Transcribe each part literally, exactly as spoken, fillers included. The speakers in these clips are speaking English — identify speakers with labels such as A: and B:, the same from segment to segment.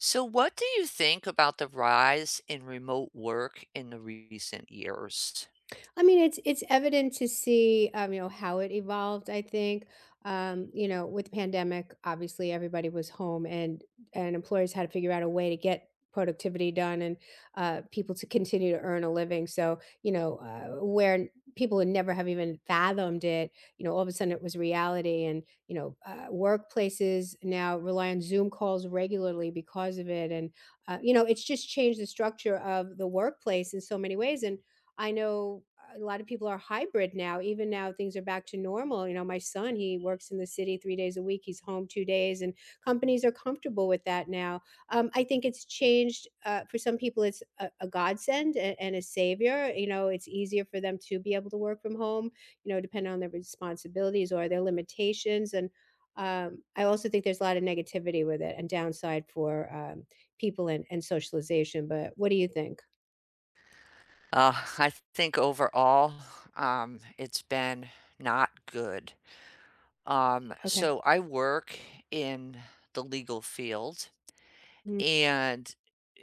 A: So, what do you think about the rise in remote work in the recent years?
B: I mean, it's it's evident to see, um, you know, how it evolved, I think. Um, you know, with the pandemic, obviously everybody was home and and employers had to figure out a way to get productivity done and uh, people to continue to earn a living. So, you know, uh, where people would never have even fathomed it, you know, all of a sudden it was reality. And, you know, uh, workplaces now rely on Zoom calls regularly because of it. And, uh, you know, it's just changed the structure of the workplace in so many ways. And I know a lot of people are hybrid now. Even now, things are back to normal. You know, my son, he works in the city three days a week. He's home two days, and companies are comfortable with that now. Um, I think it's changed. Uh, for some people, it's a, a godsend and, and a savior. You know, it's easier for them to be able to work from home. You know, depending on their responsibilities or their limitations. And um, I also think there's a lot of negativity with it and downside for um, people and, and socialization. But what do you think?
A: Uh, I think overall, um, it's been not good. Um,
B: Okay.
A: so, I work in the legal field, and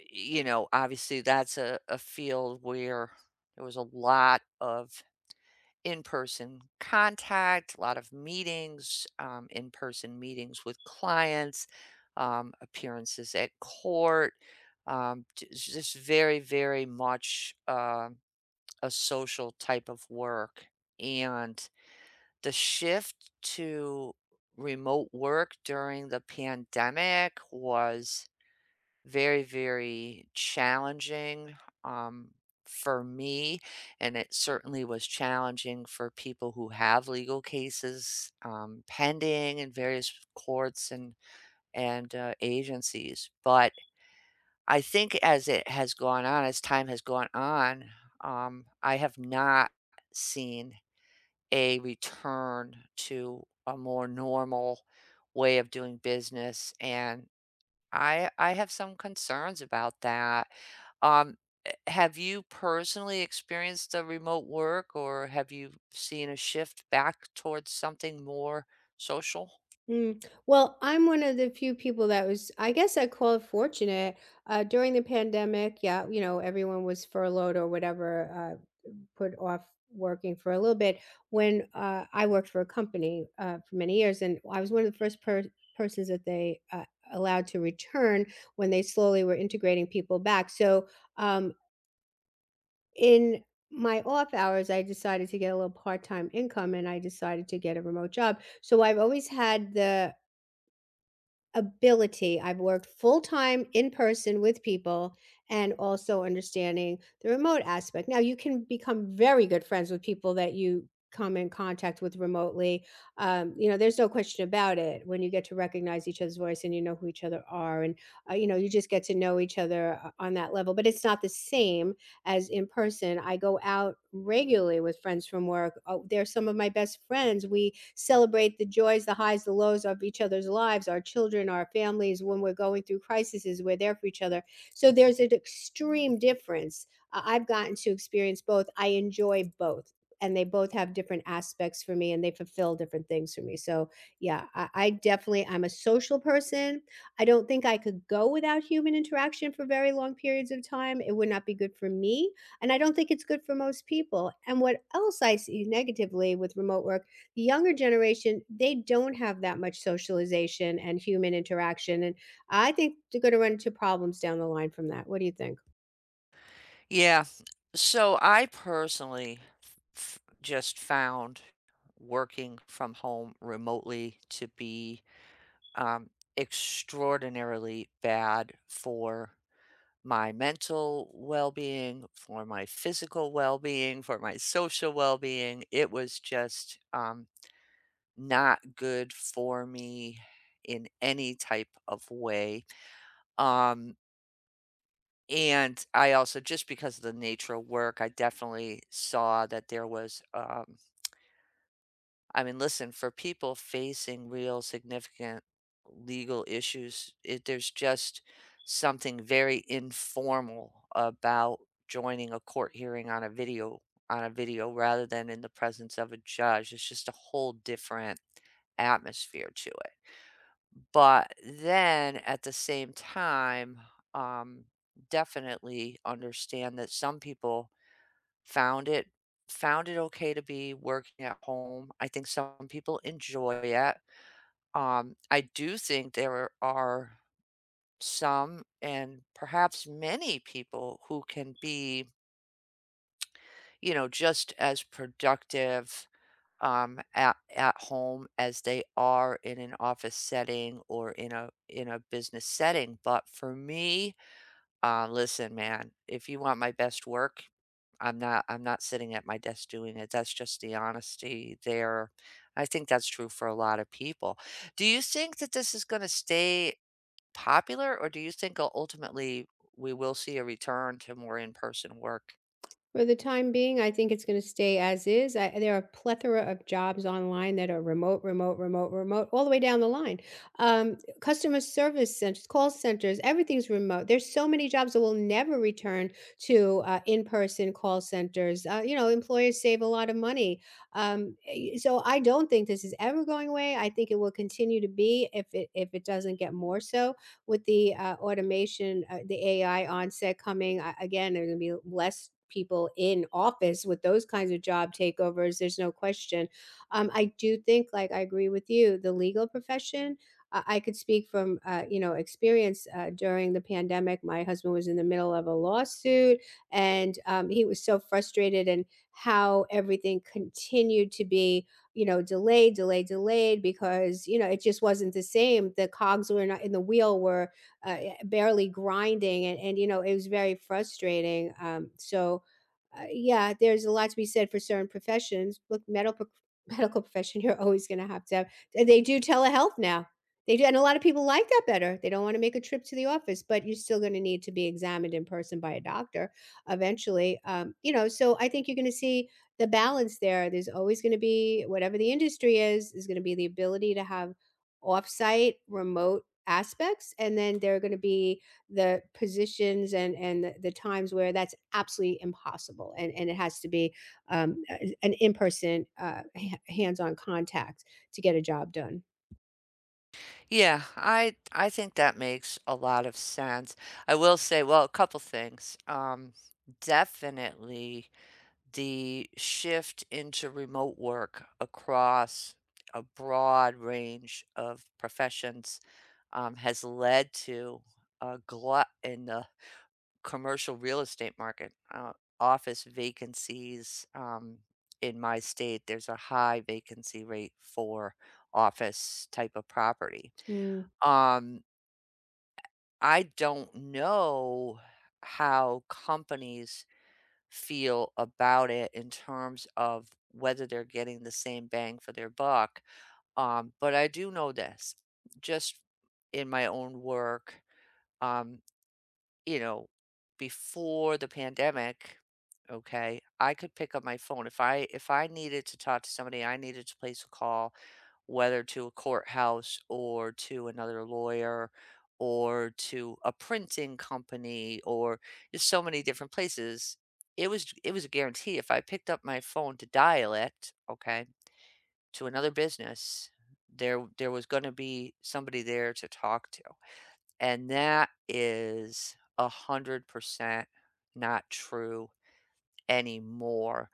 A: you know, obviously, that's a, a field where there was a lot of in-person contact, a lot of meetings, um, in-person meetings with clients, um, appearances at court, um, j- just very, very much uh, a social type of work. And the shift to remote work during the pandemic was very, very challenging, um, for me, and it certainly was challenging for people who have legal cases, um, pending in various courts and and, uh, agencies, but I think as it has gone on, as time has gone on, um, I have not seen a return to a more normal way of doing business and I I have some concerns about that. Um, eh, have you personally experienced the remote work, or have you seen a shift back towards something more social?
B: Mm. Well, I'm one of the few people that was, I guess I call it, fortunate. Uh, during the pandemic, yeah, you know, everyone was furloughed or whatever, uh, put off working for a little bit. When uh, I worked for a company uh, for many years, and I was one of the first per- persons that they uh, allowed to return when they slowly were integrating people back. So um, in my off hours, I decided to get a little part time income and I decided to get a remote job. So I've always had the ability. I've worked full time in person with people and also understanding the remote aspect. Now, you can become very good friends with people that you come in contact with remotely. Um, you know, there's no question about it when you get to recognize each other's voice and you know who each other are. And, uh, you know, you just get to know each other uh, on that level, but it's not the same as in person. I go out regularly with friends from work. Oh, they're some of my best friends. We celebrate the joys, the highs, the lows of each other's lives, our children, our families. When we're going through crises, we're there for each other. So there's an extreme difference. Uh, I've gotten to experience both. I enjoy both. And they both have different aspects for me and they fulfill different things for me. So, yeah, I, I definitely, I'm a social person. I don't think I could go without human interaction for very long periods of time. It would not be good for me. And I don't think it's good for most people. And what else I see negatively with remote work, the younger generation, they don't have that much socialization and human interaction. And I think they're going to run into problems down the line from that. What do you think?
A: Yeah. So I personally f just found working from home remotely to be, um, extraordinarily bad for my mental well-being, for my physical well-being, for my social well-being. It was just, um, not good for me in any type of way. Um, and I also just because of the nature of work, I definitely saw that there was, um I mean, listen, for people facing real significant legal issues, it, there's just something very informal about joining a court hearing on a video on a video rather than in the presence of a judge. It's just a whole different atmosphere to it. But then at the same time, um, definitely understand that some people Found it found it okay to be working at home. I think some people enjoy it. Um, I do think there are some and perhaps many people who can be, you know, just as productive, um, at at home as they are in an office setting or in a in a business setting. But for me, Uh, listen, man, if you want my best work, I'm not I'm not sitting at my desk doing it. That's just the honesty there. I think that's true for a lot of people. Do you think that this is going to stay popular or do you think ul- ultimately we will see a return to more in-person work?
B: For the time being, I think it's gonna stay as is. I there are a plethora of jobs online that are remote, remote, remote, remote, all the way down the line. Um, customer service centers, call centers, everything's remote. There's so many jobs that will never return to, uh, in-person call centers. Uh, you know, employers save a lot of money. Um, eh, so I don't think this is ever going away. I think it will continue to be if it if it doesn't get more so with the uh, automation, uh, the A I onset coming, I, again, there are going to be less people in office with those kinds of job takeovers. There's no question. Um, I do think, like, I agree with you, the legal profession. I I could speak from, uh, you know, experience uh, during the pandemic. My husband was in the middle of a lawsuit, and um, he was so frustrated and how everything continued to be, you know, delayed, delayed, delayed because, you know, it just wasn't the same. The cogs were not in the wheel were uh, eh, barely grinding, and, and, you know, it was very frustrating. Um, so, uh, yeah, there's a lot to be said for certain professions. Look, medical medical profession, you're always going to have to have. And they do telehealth now. They do, and a lot of people like that better. They don't want to make a trip to the office, but you're still going to need to be examined in person by a doctor eventually. Um, you know, so I think you're going to see the balance there. There's always going to be, whatever the industry is is going to be the ability to have offsite remote aspects, and then there are going to be the positions and and the, the times where that's absolutely impossible and and it has to be um, an in-person uh, ha- hands-on contact to get a job done.
A: Yeah, I I think that makes a lot of sense. I will say, well, a couple things. Um, definitely the shift into remote work across a broad range of professions um, has led to a glut in the commercial real estate market. Uh, office vacancies um, in my state, there's a high vacancy rate for office type of property.
B: Mm.
A: Um, I don't know how companies feel about it in terms of whether they're getting the same bang for their buck. Um, but I do know this just in my own work. Um, you know, before the pandemic, okay, I could pick up my phone. If I if I needed to talk to somebody, I needed to place a call, whether to a courthouse or to another lawyer or to a printing company or just so many different places. It was it was a guarantee. If I picked up my phone to dial it, okay, to another business, there there was gonna be somebody there to talk to and that is one hundred percent not true anymore.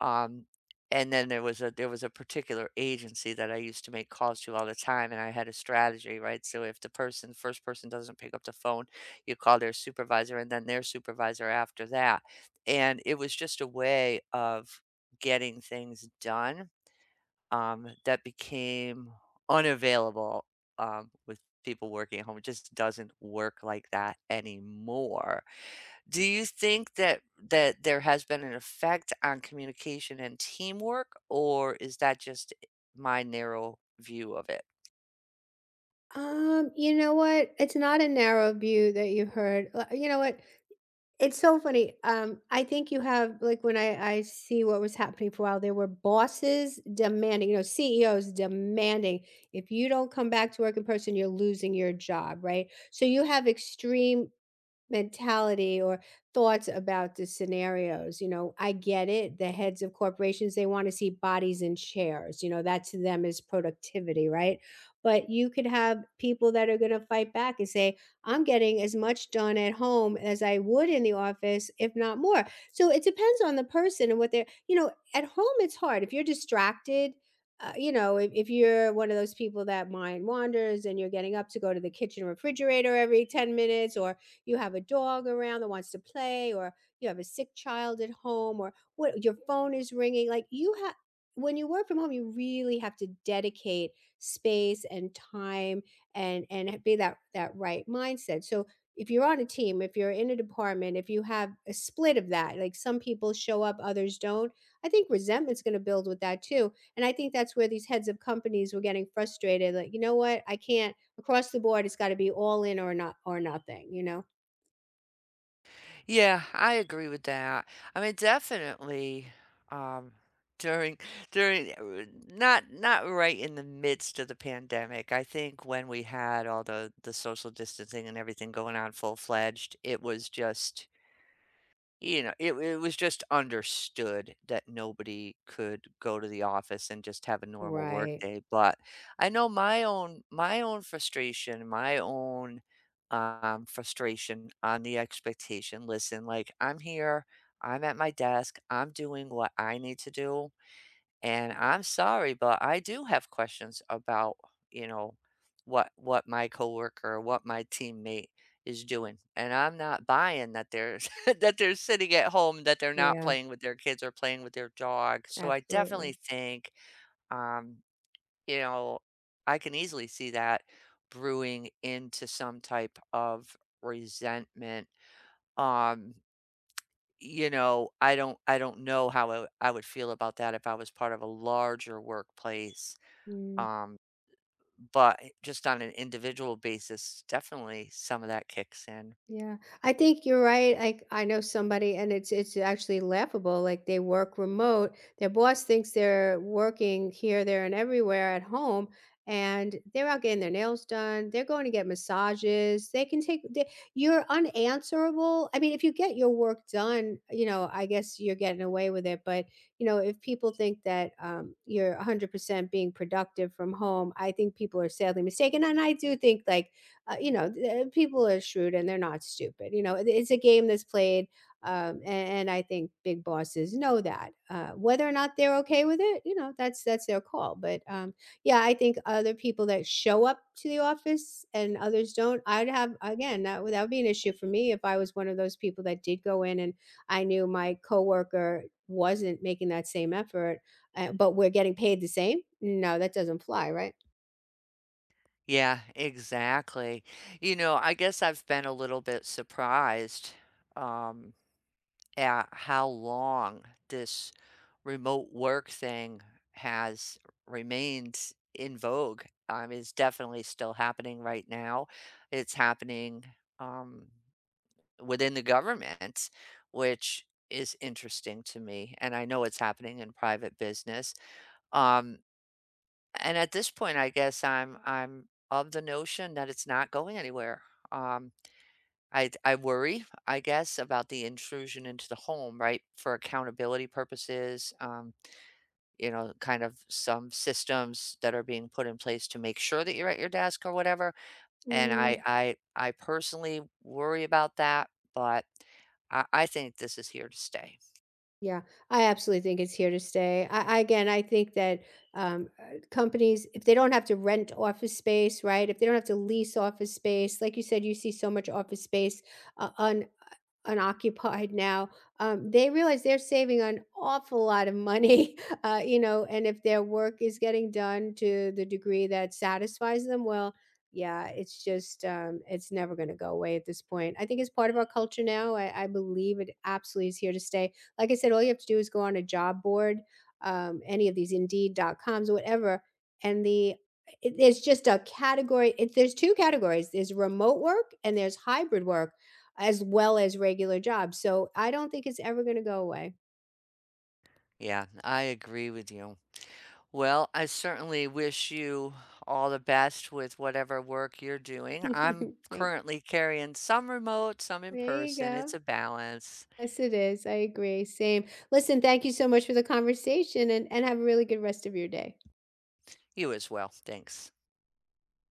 A: Um, and then there was a there was a particular agency that I used to make calls to all the time, and I had a strategy, right? So if the person first person doesn't pick up the phone, you call their supervisor, and then their supervisor after that, and it was just a way of getting things done um, that became unavailable, um, with people working at home. It just doesn't work like that anymore. Do you think that that there has been an effect on communication and teamwork, or is that just my narrow view of it?
B: um You know what, it's not a narrow view that you heard. L- you know what, it's so funny. Um, I think you have, like, when I I see what was happening for a while, there were bosses demanding, you know, C E Os demanding, if you don't come back to work in person, you're losing your job, right? So you have extreme mentality or thoughts about the scenarios. You know, I get it. The heads of corporations, they want to see bodies in chairs. You know, that to them is productivity, right? But you could have people that are going to fight back and say, I'm getting as much done at home as I would in the office, if not more. So it depends on the person and what they're, you know, at home, it's hard. If you're distracted, uh, you know, if, if you're one of those people that mind wanders and you're getting up to go to the kitchen refrigerator every ten minutes, or you have a dog around that wants to play, or you have a sick child at home, or what, your phone is ringing, like you have, when you work from home you really have to dedicate space and time, and and be that that right mindset. So if you're on a team, if you're in a department, if you have a split of that, like some people show up, others don't, I think resentment's going to build with that too. And I think that's where these heads of companies were getting frustrated, like, you know what, I can't, across the board, it's got to be all in or not, or nothing, you know.
A: Yeah, I agree with that. I mean, definitely, um, during during uh, not not right in the midst of the pandemic. I think when we had all the the social distancing and everything going on full fledged, it was just you know, it it was just understood that nobody could go to the office and just have a normal work
B: Right.
A: day, but I know my own my own frustration, my own, um, frustration on the expectation. Listen, like, I'm here, I'm at my desk, I'm doing what I need to do. And I'm sorry, but I do have questions about, you know, what what my coworker or what my teammate is doing. And I'm not buying that they're that they're sitting at home, that they're not
B: Yeah,
A: playing with their kids or playing with their dog. So I definitely
B: absolutely.
A: think um, you know, I can easily see that brewing into some type of resentment. Um you know, I don't I don't know how I I would feel about that if I was part of a larger workplace,
B: Mm.
A: um, but just on an individual basis, definitely some of that kicks in.
B: Yeah, I think you're right. Like, I know somebody, and it's it's actually laughable. Like, they work remote. Their boss thinks they're working here, there, and everywhere at home, and they're out getting their nails done. They're going to get massages. They can take. They, you're unanswerable. I mean, if you get your work done, you know, I guess you're getting away with it. But you know, if people think that um, you're one hundred percent being productive from home, I think people are sadly mistaken. And I do think, like, uh, you know, th- uh, people are shrewd and they're not stupid. You know, it- it's a game that's played, um, a- and, I think big bosses know that. Uh, whether or not they're okay with it, you know, that's that's their call. But um, yeah, I think other people that show up to the office and others don't, I'd have again that, would- that would be an issue for me if I was one of those people that did go in and I knew my coworker wasn't making that same effort, uh, but we're getting paid the same. No, that doesn't fly,
A: Yeah, exactly. You know, I guess I've been a little bit surprised um, at how long this remote work thing has remained in vogue. Um, it's definitely still happening right now. It's happening. Um, Within the government, which is interesting to me, and I know it's happening in private business. Um, and at this point, I guess I'm I'm of the notion that it's not going anywhere. Um, I I worry, I guess, about the intrusion into the home, right, for accountability purposes. Um, you know, kind of some systems that are being put in place to make sure that you're at your desk or whatever. And
B: right?
A: I I I personally worry about that, but I I think this is here to stay.
B: Yeah, I absolutely think it's here to stay. I, I again, I think that um, uh, companies, if they don't have to rent office space, right? If they don't have to lease office space, like you said, you see so much office space uh, un unoccupied now. Um, they realize they're saving an awful lot of money, uh, you know. And if their work is getting done to the degree that satisfies them, well, yeah, it's just um, it's never going to go away at this point. I think it's part of our culture now. I, I believe it absolutely is here to stay. Like I said, all you have to do is go on a job board, um, any of these Indeed.coms, whatever, and the it, it's just a category. It, there's two categories: there's remote work and there's hybrid work, as well as regular jobs. So I don't think it's ever going to go away.
A: Yeah, I agree with you. Well, I certainly wish you all the best with whatever work you're doing. I'm
B: Like,
A: currently carrying some remote, some in
B: there you
A: person. It's
B: go.
A: a balance.
B: Yes, it is. I agree. Same. Listen, thank you so much for the conversation, and and have a really good rest of your day.
A: You as well. Thanks.